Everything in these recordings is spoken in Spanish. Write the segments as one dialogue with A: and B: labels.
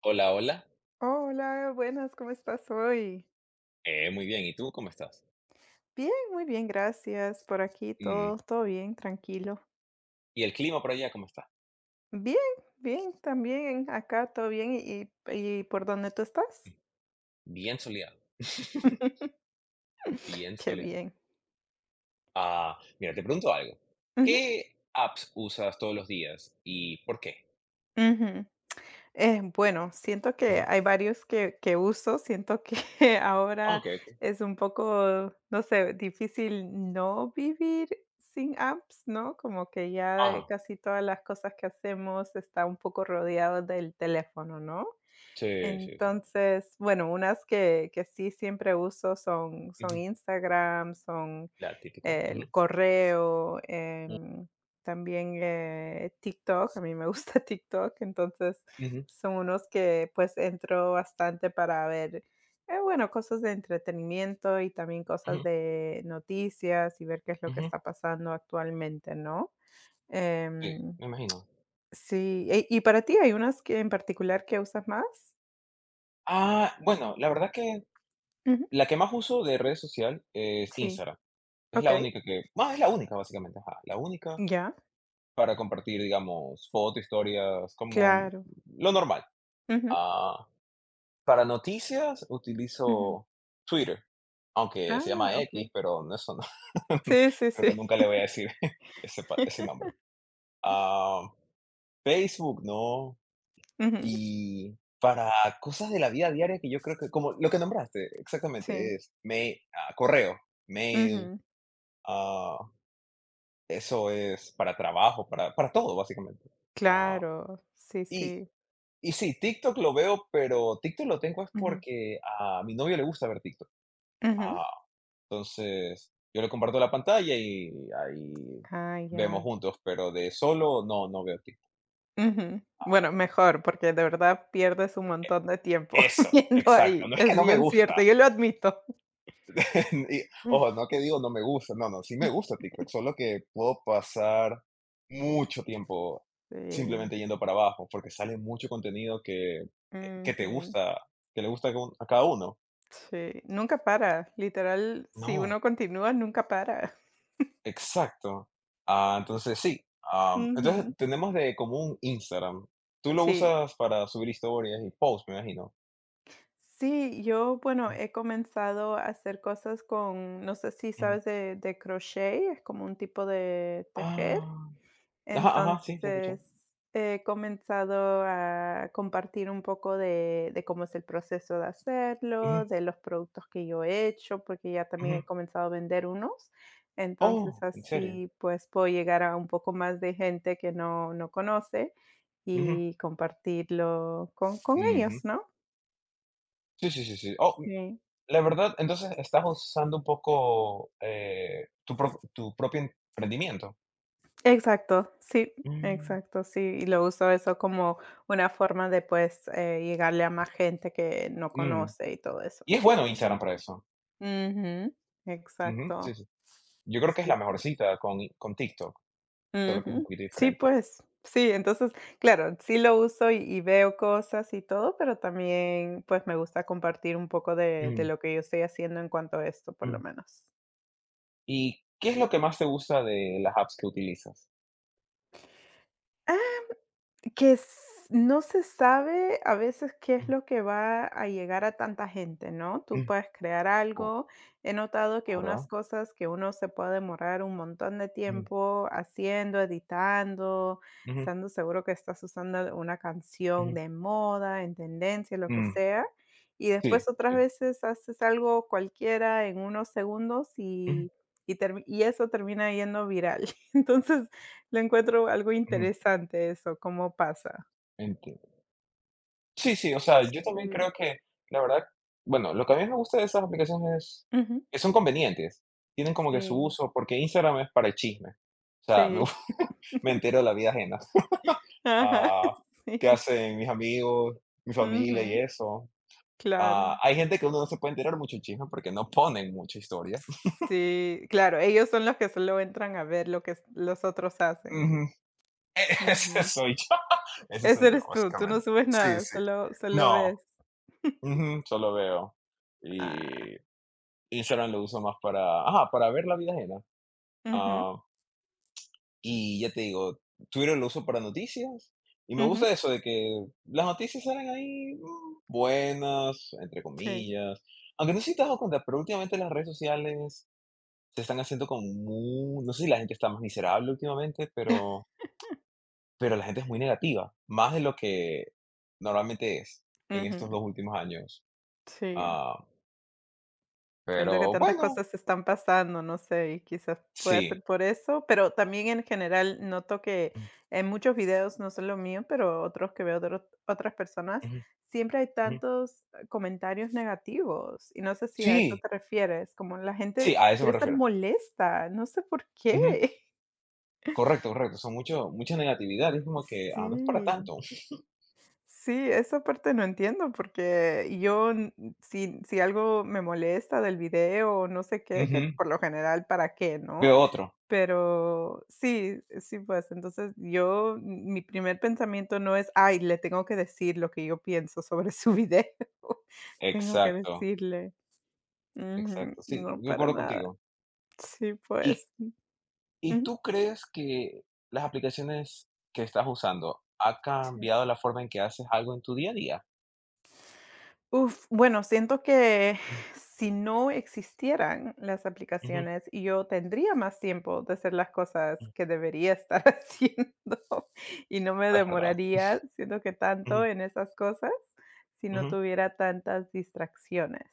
A: Hola, hola.
B: Hola, buenas, ¿cómo estás hoy?
A: Muy bien, ¿y tú cómo estás?
B: Bien, muy bien, gracias. Por aquí todo,
A: Mm.
B: todo bien, tranquilo.
A: ¿Y el clima por allá cómo está?
B: Bien, bien, también acá todo bien. ¿Y por dónde tú estás?
A: Bien soleado. Bien
B: Qué
A: soleado.
B: bien.
A: Ah, mira, te pregunto algo.
B: Ujú,
A: ¿Qué apps usas todos los días y por qué?
B: ujú. Bueno, siento que
A: Ujú.
B: hay varios que uso. Siento que
A: Ah,
B: ahora
A: okey, okey.
B: es un poco, no sé, difícil no vivir sin apps, ¿no? Como que ya
A: Ah,
B: casi todas las cosas que hacemos está un poco rodeado del teléfono, ¿no?
A: sí, sí, sí.
B: Entonces, bueno, unas que sí siempre uso son
A: Ujú.
B: Instagram, son
A: La típica.
B: el
A: Ujú,
B: correo,
A: mm,
B: también, TikTok, a mí me gusta TikTok, entonces
A: ujú,
B: son unos que, pues, entro bastante para ver, bueno, cosas de entretenimiento y también cosas
A: ujú,
B: de noticias y ver qué es lo que
A: ujú.
B: está pasando actualmente, ¿no?
A: Sí,
B: Em,
A: me imagino.
B: sí, ¿y para ti hay unas que en particular que usas más?
A: Ah, bueno, la verdad que
B: Ujú,
A: la que más uso de red social es
B: sí.
A: Instagram. Es la
B: Okey,
A: única que, más es la única, básicamente, ajá, la única.
B: ya,
A: Para compartir, digamos, fotos, historias, como
B: claro.
A: lo normal.
B: Ujú,
A: Ah, para noticias
B: ujú.
A: utilizo Twitter, aunque se
B: Ah,
A: llama X,
B: okey.
A: pero no, eso no.
B: Sí, sí,
A: Creo
B: sí.
A: que nunca le voy a decir ese, ese nombre. Ah, Facebook, no.
B: Ujú,
A: Y para cosas de la vida diaria que yo creo que, como lo que nombraste,
B: sí.
A: exactamente, es mail, correo, mail,
B: Ujú.
A: ah, eso es para trabajo, para todo, básicamente. Ah,
B: Claro, sí,
A: y
B: sí.
A: Y sí, TikTok lo veo, pero TikTok lo tengo es
B: Ujú,
A: porque a mi novio le gusta ver TikTok.
B: ujú.
A: Ah, entonces, yo le comparto la pantalla y ahí
B: Ah,
A: vemos
B: ya.
A: juntos, pero de solo no, no veo TikTok.
B: Ujú. Bueno, mejor, porque de verdad pierdes un montón de tiempo
A: Eso,
B: viendo
A: exacto.
B: ahí,
A: No es que
B: es
A: no me
B: bien cierto,
A: gusta.
B: yo lo admito.
A: Y,
B: Mm.
A: ojo, no que digo no me gusta. No, no, sí me gusta TikTok, solo que puedo pasar mucho tiempo
B: Sí,
A: simplemente yendo para abajo, porque sale mucho contenido que te
B: ujú.
A: gusta, que le gusta a cada uno.
B: Sí, nunca para, literal, si
A: No.
B: uno continúa, nunca para.
A: Exacto. Ah, entonces sí,
B: Ujú,
A: entonces tenemos de común Instagram. Tú lo
B: sí.
A: usas para subir historias y posts, me imagino.
B: Sí, yo, bueno,
A: Ujú,
B: he comenzado a hacer cosas con, no sé si
A: ujú.
B: sabes de, crochet, es como un tipo de tejer.
A: Ah, ajá, ajá, sí, sí he escuchado.
B: Entonces, he comenzado a compartir un poco de cómo es el proceso de
A: Ujú,
B: hacerlo, de los productos que yo he hecho, porque ya también
A: ujú.
B: he comenzado a vender unos. Entonces,
A: Oh, ¿en serio?
B: así pues puedo llegar a un poco más de gente que no, no conoce
A: Ujú,
B: y compartirlo con ellos,
A: ujú.
B: ¿no?
A: Sí, sí, sí, sí. Oh, mm,
B: Sí.
A: la verdad, entonces estás usando un poco tu propio emprendimiento.
B: Exacto, sí,
A: Mm,
B: exacto, sí, y lo uso eso como una forma de, pues, llegarle a más gente que no
A: mm.
B: conoce y todo eso.
A: Y es bueno Instagram para eso.
B: Ujú,
A: Ujú, sí,
B: exacto,
A: sí. Yo creo que es
B: sí,
A: la mejor
B: pues.
A: cita con TikTok, solo que es un
B: Ujú,
A: poquito
B: sí,
A: diferente.
B: pues, sí, entonces, claro, sí lo uso y veo cosas y todo, pero también, pues, me gusta compartir un poco de lo que yo estoy haciendo en cuanto a esto, por lo
A: Mm.
B: menos.
A: ¿Y qué es lo que más te gusta de las apps que utilizas?
B: Que s No se sabe a veces qué es
A: Mm,
B: lo que va a llegar a tanta gente, ¿no? Tú
A: mm.
B: puedes crear
A: Oh,
B: algo. He notado
A: ¿es
B: que unas
A: verdad?
B: cosas que uno se puede demorar un montón de
A: Ujú,
B: tiempo haciendo, editando,
A: ujú,
B: estando seguro que estás usando una canción
A: ujú,
B: de moda, en tendencia, lo que
A: mm.
B: sea, y
A: Sí,
B: después otras
A: sí.
B: veces haces algo cualquiera en unos segundos
A: Ujú,
B: y eso termina yendo viral. Entonces, lo encuentro algo
A: ujú.
B: interesante eso, cómo pasa.
A: Entiendo. Sí, sí, o sea, yo también
B: Sí.
A: creo que, la verdad, bueno, lo que a mí me gusta de esas aplicaciones es
B: Ujú.
A: que son convenientes, tienen como que su
B: Sí,
A: uso, porque Instagram es para el chisme, o sea, me
B: sí.
A: me entero de la vida ajena,
B: Ajá,
A: ah, qué
B: sí.
A: hacen mis amigos, mi familia y
B: Ujú,
A: eso.
B: claro.
A: Ah, hay gente que uno no se puede enterar mucho el chisme porque no ponen mucha historia.
B: Sí, claro, ellos son los que solo entran a ver lo que s los otros hacen.
A: Ujú. E
B: Ujú.
A: ese
B: Ese
A: soy yo,
B: eres tú. Tú no
A: básicamente.
B: subes
A: Sí,
B: nada,
A: sí.
B: solo
A: No,
B: ves.
A: ujú, solo veo.
B: Ah,
A: Y Instagram lo uso más para, ajá, para ver la vida ajena.
B: ujú,
A: Ah, y ya te digo, Twitter lo uso para noticias, y me
B: ujú,
A: gusta eso de que las noticias salen ahí, buenas, entre
B: sí,
A: comillas. Aunque no sé si te has dado cuenta, pero últimamente las redes sociales se están haciendo como muy, no sé si la gente está más miserable últimamente, pero la gente es muy negativa, más de lo que normalmente es en
B: ujú,
A: estos 2 últimos años.
B: sí.
A: Ah,
B: Siento que
A: pero
B: tantas
A: bueno,
B: cosas están pasando, no sé, y quizás pueda
A: sí.
B: ser por eso, pero también en general noto que
A: Mm,
B: en muchos videos, no solo mío, pero otros que veo de otras personas,
A: ujú,
B: siempre hay
A: ujú.
B: tantos comentarios negativos y no sé si a eso
A: Sí,
B: te refieres, como la
A: sí,
B: gente
A: a eso
B: quiere
A: me
B: estar
A: refiero.
B: molesta, no sé por qué.
A: Ujú, correcto, correcto. Son mucho mucha negatividad, es como que, no es para
B: Sí,
A: tanto.
B: sí, esa parte no entiendo porque yo n- si, si algo me molesta del video o no sé qué, que
A: Ujú,
B: por lo general, ¿para qué, no?
A: veo otro.
B: Pero sí, sí, pues, entonces yo mi primer pensamiento no es: "Ay, le tengo que decir lo que yo pienso sobre su video. Tengo que
A: Exacto,
B: decirle". Ujú,
A: exacto. Sí,
B: no,
A: de
B: para
A: acuerdo
B: nada.
A: contigo.
B: Sí,
A: ¿Y
B: pues.
A: y
B: Ujú,
A: tú crees que las aplicaciones que estás usando ha
B: sí.
A: cambiado la forma en que haces algo en tu día a día?
B: Bueno, siento que
A: Mm,
B: si no existieran las
A: ujú,
B: aplicaciones y yo tendría más tiempo de hacer las cosas
A: mm,
B: que debería estar haciendo y no me
A: es verdad.
B: demoraría, siento que tanto en esas cosas si no
A: Ujú,
B: tuviera tantas distracciones.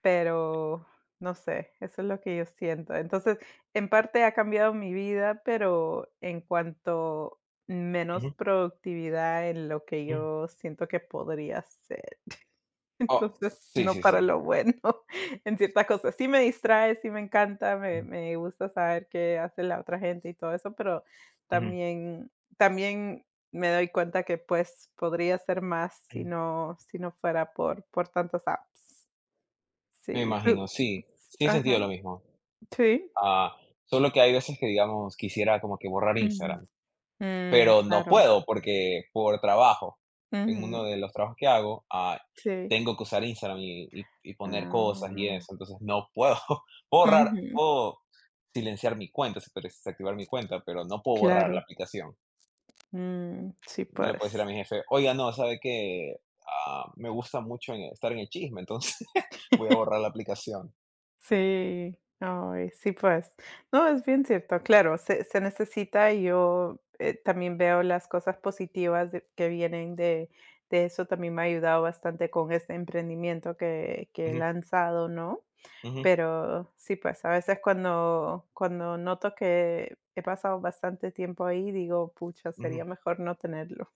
B: Pero no sé, eso es lo que yo siento. Entonces, en parte ha cambiado mi vida, pero en cuanto menos
A: ujú,
B: productividad en lo que
A: ujú.
B: yo siento que podría hacer.
A: Oh,
B: Entonces,
A: sí,
B: no
A: sí, sí.
B: para lo bueno, en ciertas cosas. Sí me distrae, sí me encanta, me
A: Mm,
B: me gusta saber qué hace la otra gente y todo eso, pero
A: ujú,
B: también también me doy cuenta que, pues, podría ser más si
A: mm.
B: no si no fuera por tantas apps.
A: Me
B: Sí, tú
A: imagino, sí. Sí he sentido
B: ajá,
A: lo mismo.
B: sí.
A: Ah, solo que hay veces que, digamos, quisiera como que borrar
B: Ujú.
A: Instagram,
B: Mm,
A: pero no
B: claro.
A: puedo porque por trabajo, en
B: Ujú,
A: uno de los trabajos que hago, ah,
B: sí.
A: tengo que usar Instagram y poner cosas y
B: Ah.
A: eso, entonces no puedo borrar
B: Ujú,
A: o silenciar mi cuenta, si puedes desactivar mi cuenta, pero no puedo borrar la
B: claro.
A: aplicación.
B: Mm, sí,
A: No le puedo decir a
B: pues.
A: mi jefe: "Oiga, no, ¿sabe que me gusta mucho en estar en el chisme, entonces voy a borrar la aplicación".
B: Sí, ay, sí, pues. No, es bien cierto, claro, se se necesita y yo, también veo las cosas positivas de que vienen de eso, también me ha ayudado bastante con este emprendimiento que he
A: Ujú,
B: lanzado, ¿no?
A: ujú,
B: Pero sí, pues, a veces cuando noto que he pasado bastante tiempo ahí, digo: "Pucha, sería
A: ujú.
B: mejor no tenerlo".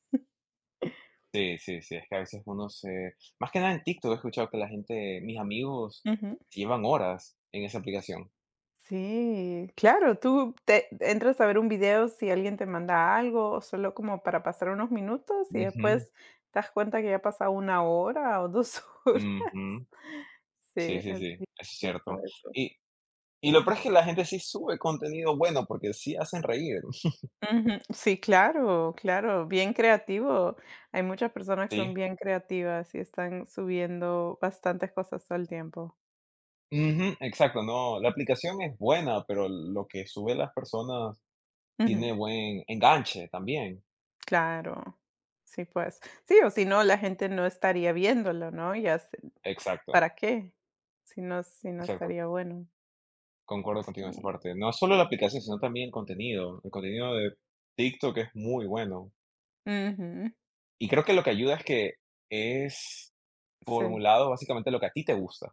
A: Sí, sí, sí, es que a veces uno se más que nada en TikTok he escuchado que la gente mis amigos
B: Ujú.
A: llevan horas en esa aplicación.
B: Sí, claro, tú te entras a ver un video si alguien te manda algo, o solo como para pasar unos minutos y
A: Ujú,
B: después te das cuenta que ya ha pasado 1 hora o 2 horas.
A: ujú.
B: Sí,
A: Sí, sí, sí,
B: es
A: eso
B: bien
A: es
B: cierto
A: cierto.
B: eso.
A: Y y lo peor es que la gente sí sube contenido bueno, porque sí hacen reír.
B: Ujú. Sí, claro, claro, bien creativo. Hay muchas personas que son
A: Sí.
B: bien creativas y están subiendo bastantes cosas todo el tiempo.
A: Ujú, exacto, no, la aplicación es buena, pero lo que sube las personas
B: Ujú.
A: tiene buen enganche también.
B: Claro. Sí, pues. Sí, o si no, la gente no estaría viéndolo, ¿no? Ya.
A: Exacto,
B: ¿Para qué? Si no si no
A: exacto.
B: estaría bueno.
A: Concuerdo contigo en esa
B: Sí.
A: parte. No solo la aplicación, sino también el contenido. El contenido de TikTok es muy bueno.
B: Ujú.
A: Y creo que lo que ayuda es que es
B: Sí.
A: formulado básicamente lo que a ti te gusta.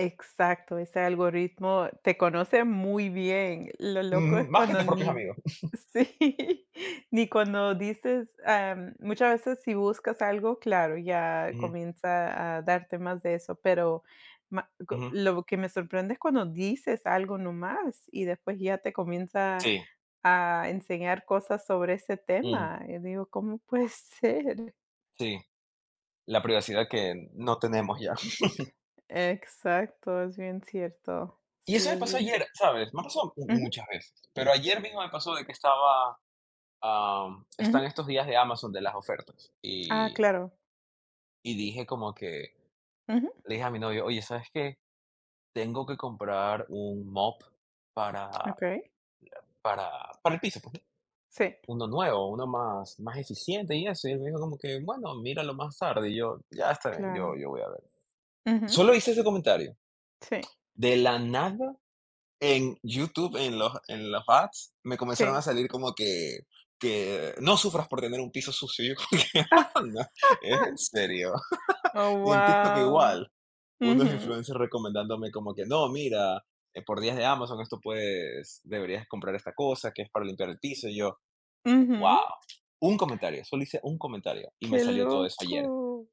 B: Exacto, ese algoritmo te conoce muy bien. Lo loco es
A: Ujú, más que
B: cuando
A: tus propios
B: ni
A: amigos.
B: sí, ni cuando dices, muchas veces si buscas algo, claro, ya
A: Ujú,
B: comienza a darte más de eso, pero ma co
A: ujú.
B: lo que me sorprende es cuando dices algo nomás y después ya te comienza
A: Sí,
B: a enseñar cosas sobre ese
A: mm,
B: tema. Y digo, ¿cómo puede ser?
A: sí. La privacidad que no tenemos ya.
B: Exacto, es bien cierto.
A: Y
B: Sí,
A: eso me
B: es
A: pasó
B: bien.
A: ayer, ¿sabes? Me ha pasado mu-
B: Ujú,
A: muchas veces. Pero ayer mismo me pasó de que estaba,
B: ujú.
A: están estos días de Amazon de las ofertas.
B: Ah,
A: Y
B: claro.
A: y dije como que,
B: Ujú,
A: le dije a mi novio, oye, ¿sabes qué? Tengo que comprar un mop para,
B: okey.
A: para, para el piso, pues, ¿no?
B: Sí,
A: Uno nuevo, uno más eficiente y eso. Y él me dijo como que, bueno, míralo más tarde. Y yo, ya está bien, yo,
B: claro.
A: yo voy a ver.
B: Ujú,
A: Solo hice ese comentario.
B: sí,
A: De la nada, en YouTube, en los ads, me comenzaron a
B: sí.
A: salir como que no sufras por tener un piso sucio. Y yo como que, "Ah, no, es en serio.
B: Oh,
A: Y en TikTok
B: wow.
A: igual, unos
B: Ujú,
A: influencers recomendándome como que, no, mira, por días de Amazon esto puedes, deberías comprar esta cosa que es para limpiar el piso. Y yo, wow,
B: ujú.
A: un comentario, solo hice un comentario y me
B: Qué
A: salió todo eso ayer.
B: loco.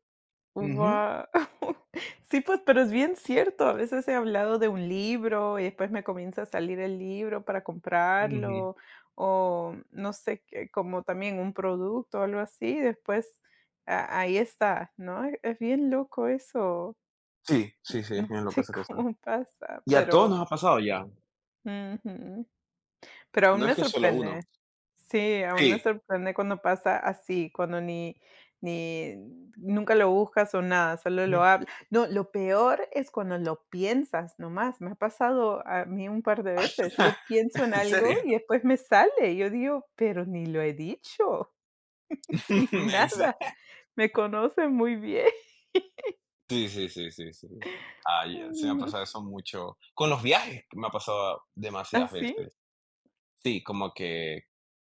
A: Ujú,
B: Guau. Sí, pues, pero es bien cierto. A veces he hablado de un libro y después me comienza a salir el libro para
A: ujú.
B: comprarlo, o no sé, que como también un producto o algo así, después a ahí está, ¿no? Es bien loco eso.
A: Sí, sí, sí,
B: No
A: es bien loco
B: sé
A: esa cosa.
B: cómo pasa,
A: Y a todos
B: pero
A: nos ha pasado ya,
B: ujú. Pero aún
A: no es
B: me
A: que solo a uno.
B: sorprende. Sí, aún me
A: Sí.
B: sorprende cuando pasa así, cuando ni nunca lo buscas o nada, solo lo
A: Ujú.
B: hablas. No, lo peor es cuando lo piensas nomás. Me ha pasado a mí un par de veces. Yo pienso en
A: ¿En
B: algo
A: serio?
B: y después me sale. Yo digo, pero ni lo he dicho, ni
A: En serio.
B: nada. Me conocen muy bien.
A: Sí, sí, sí, sí, sí. Ay, se me ha
B: Ujú.
A: pasado eso mucho. Con los viajes me ha pasado demasiadas
B: ¿Así?
A: veces. Sí, como que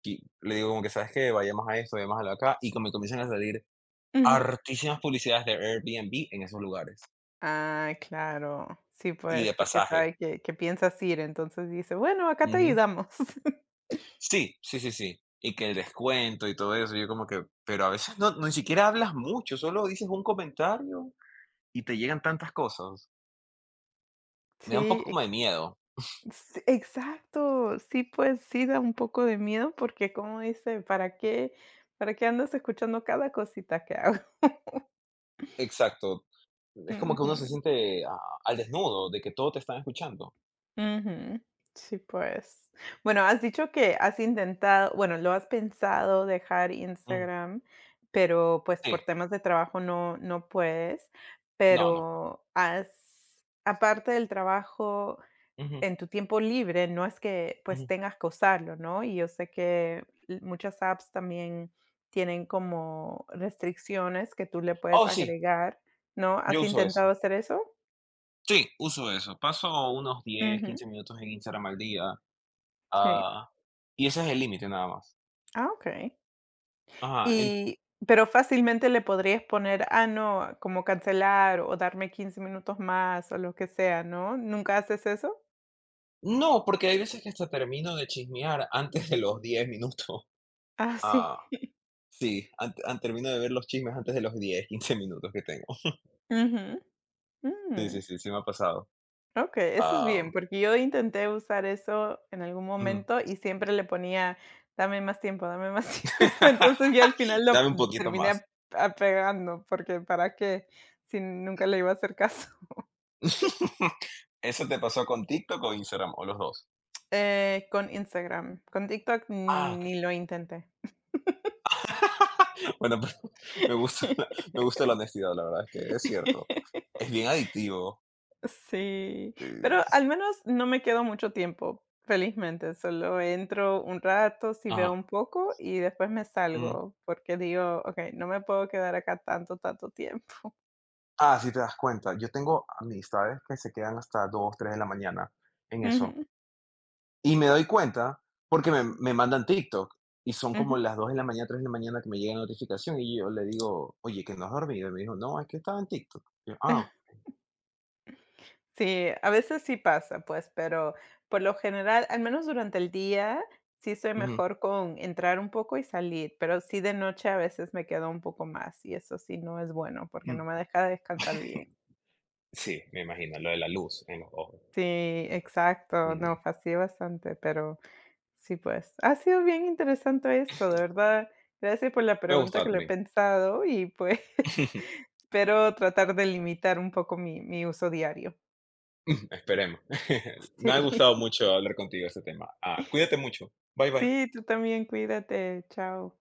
A: Y le digo como que, ¿sabes qué? Vayamos a esto, vayamos a acá, y como me comienzan a salir
B: Ujú.
A: hartísimas publicidades de Airbnb en esos lugares,
B: Ah, claro. Sí,
A: y
B: pues,
A: de
B: porque
A: pasaje.
B: sabe que piensas ir, entonces dice: "Bueno, acá te
A: Ujú.
B: ayudamos".
A: Sí, sí, sí, sí. Y que el descuento y todo eso, yo como que, pero a veces no ni siquiera hablas mucho, solo dices un comentario y te llegan tantas cosas. Me da un
B: Sí,
A: poco como de miedo.
B: exacto. Sí, pues sí da un poco de miedo porque, como dice, ¿para qué andas escuchando cada cosita que hago?
A: Exacto. Es como que uno
B: Ujú,
A: se siente al desnudo de que todo te están escuchando.
B: ujú. Sí, pues. Bueno, has dicho que has intentado bueno, lo has pensado dejar
A: Mm,
B: Instagram, pero, pues,
A: sí,
B: por temas de trabajo no no puedes,
A: no, no puedo.
B: pero, ¿has aparte del trabajo
A: Ujú,
B: en tu tiempo libre, no es que pues
A: ujú.
B: tengas que usarlo, ¿no? Y yo sé que muchas apps también tienen como restricciones que tú le puedes
A: Oh, sí,
B: agregar, ¿no? ¿Has
A: yo uso
B: intentado
A: eso.
B: hacer eso?
A: Sí, uso eso. Paso unos 10,
B: Ujú,
A: 15 minutos en Instagram al día,
B: Sí.
A: ah, y ese es el límite nada más.
B: Ah, ok.
A: Ajá, en
B: Y, pero fácilmente le podrías poner, ah, no, como cancelar o darme 15 minutos más o lo que sea, ¿no? ¿Nunca haces eso?
A: no, porque hay veces que hasta termino de chismear antes de los 10 minutos.
B: Ah, sí.
A: Ah, sí, an an termino de ver los chismes antes de los 10, 15 minutos que tengo.
B: Ujú,
A: Sí, sí,
B: mm.
A: sí, sí me ha pasado.
B: Ok, eso es bien,
A: Am,
B: porque yo intenté usar eso en algún
A: Ujú.
B: momento y siempre le ponía: "Dame más tiempo, dame más tiempo". Entonces, ya al final lo
A: Dame un poquito
B: terminé
A: más.
B: ap apegando, porque para qué, si nunca le iba a hacer caso.
A: ¿Eso te pasó con TikTok o Instagram, o los 2?
B: Con Instagram, con TikTok
A: Ah,
B: ni lo intenté.
A: Bueno, pero me gusta, me gusta la honestidad, la verdad es que es cierto. Es bien adictivo.
B: Sí,
A: eh,
B: pero al menos no me quedo mucho tiempo, felizmente, solo entro un rato, si veo
A: Ajá.
B: un poco y después me
A: Mm.
B: salgo, porque digo: "Okey, no me puedo quedar acá tanto, tanto tiempo".
A: Ah, si te das cuenta, yo tengo amistades que se quedan hasta 2, 3 de la mañana en eso.
B: Ujú,
A: Y me doy cuenta porque me,
B: sí,
A: me mandan TikTok y son como
B: ujú.
A: las 2 de la mañana, 3 de la mañana que me llega la notificación y yo le digo, oye, que no has dormido. Y me dijo, no, es que estaba en TikTok. Y yo, ah,
B: Sí, a veces sí pasa, pues, pero por lo general, al menos durante el día, sí soy
A: ujú,
B: mejor con entrar un poco y salir, pero sí de noche a veces me quedo un poco más, y eso sí no es bueno, porque no me
A: mm".
B: deja descansar bien.
A: Sí, me imagino, lo de la luz en los ojos.
B: Sí, exacto. No,
A: Mm.
B: fastidié bastante, pero sí, pues. Ha sido bien interesante esto, de verdad. Gracias por la
A: Me
B: pregunta
A: gustaba
B: que lo he
A: también.
B: pensado y pues espero tratar de limitar un poco mi mi uso diario.
A: Esperemos. Me ha
B: Sí.
A: gustado mucho hablar contigo de este tema. Ah, cuídate mucho. Bye bye.
B: Sí, tú también, cuídate. Chao.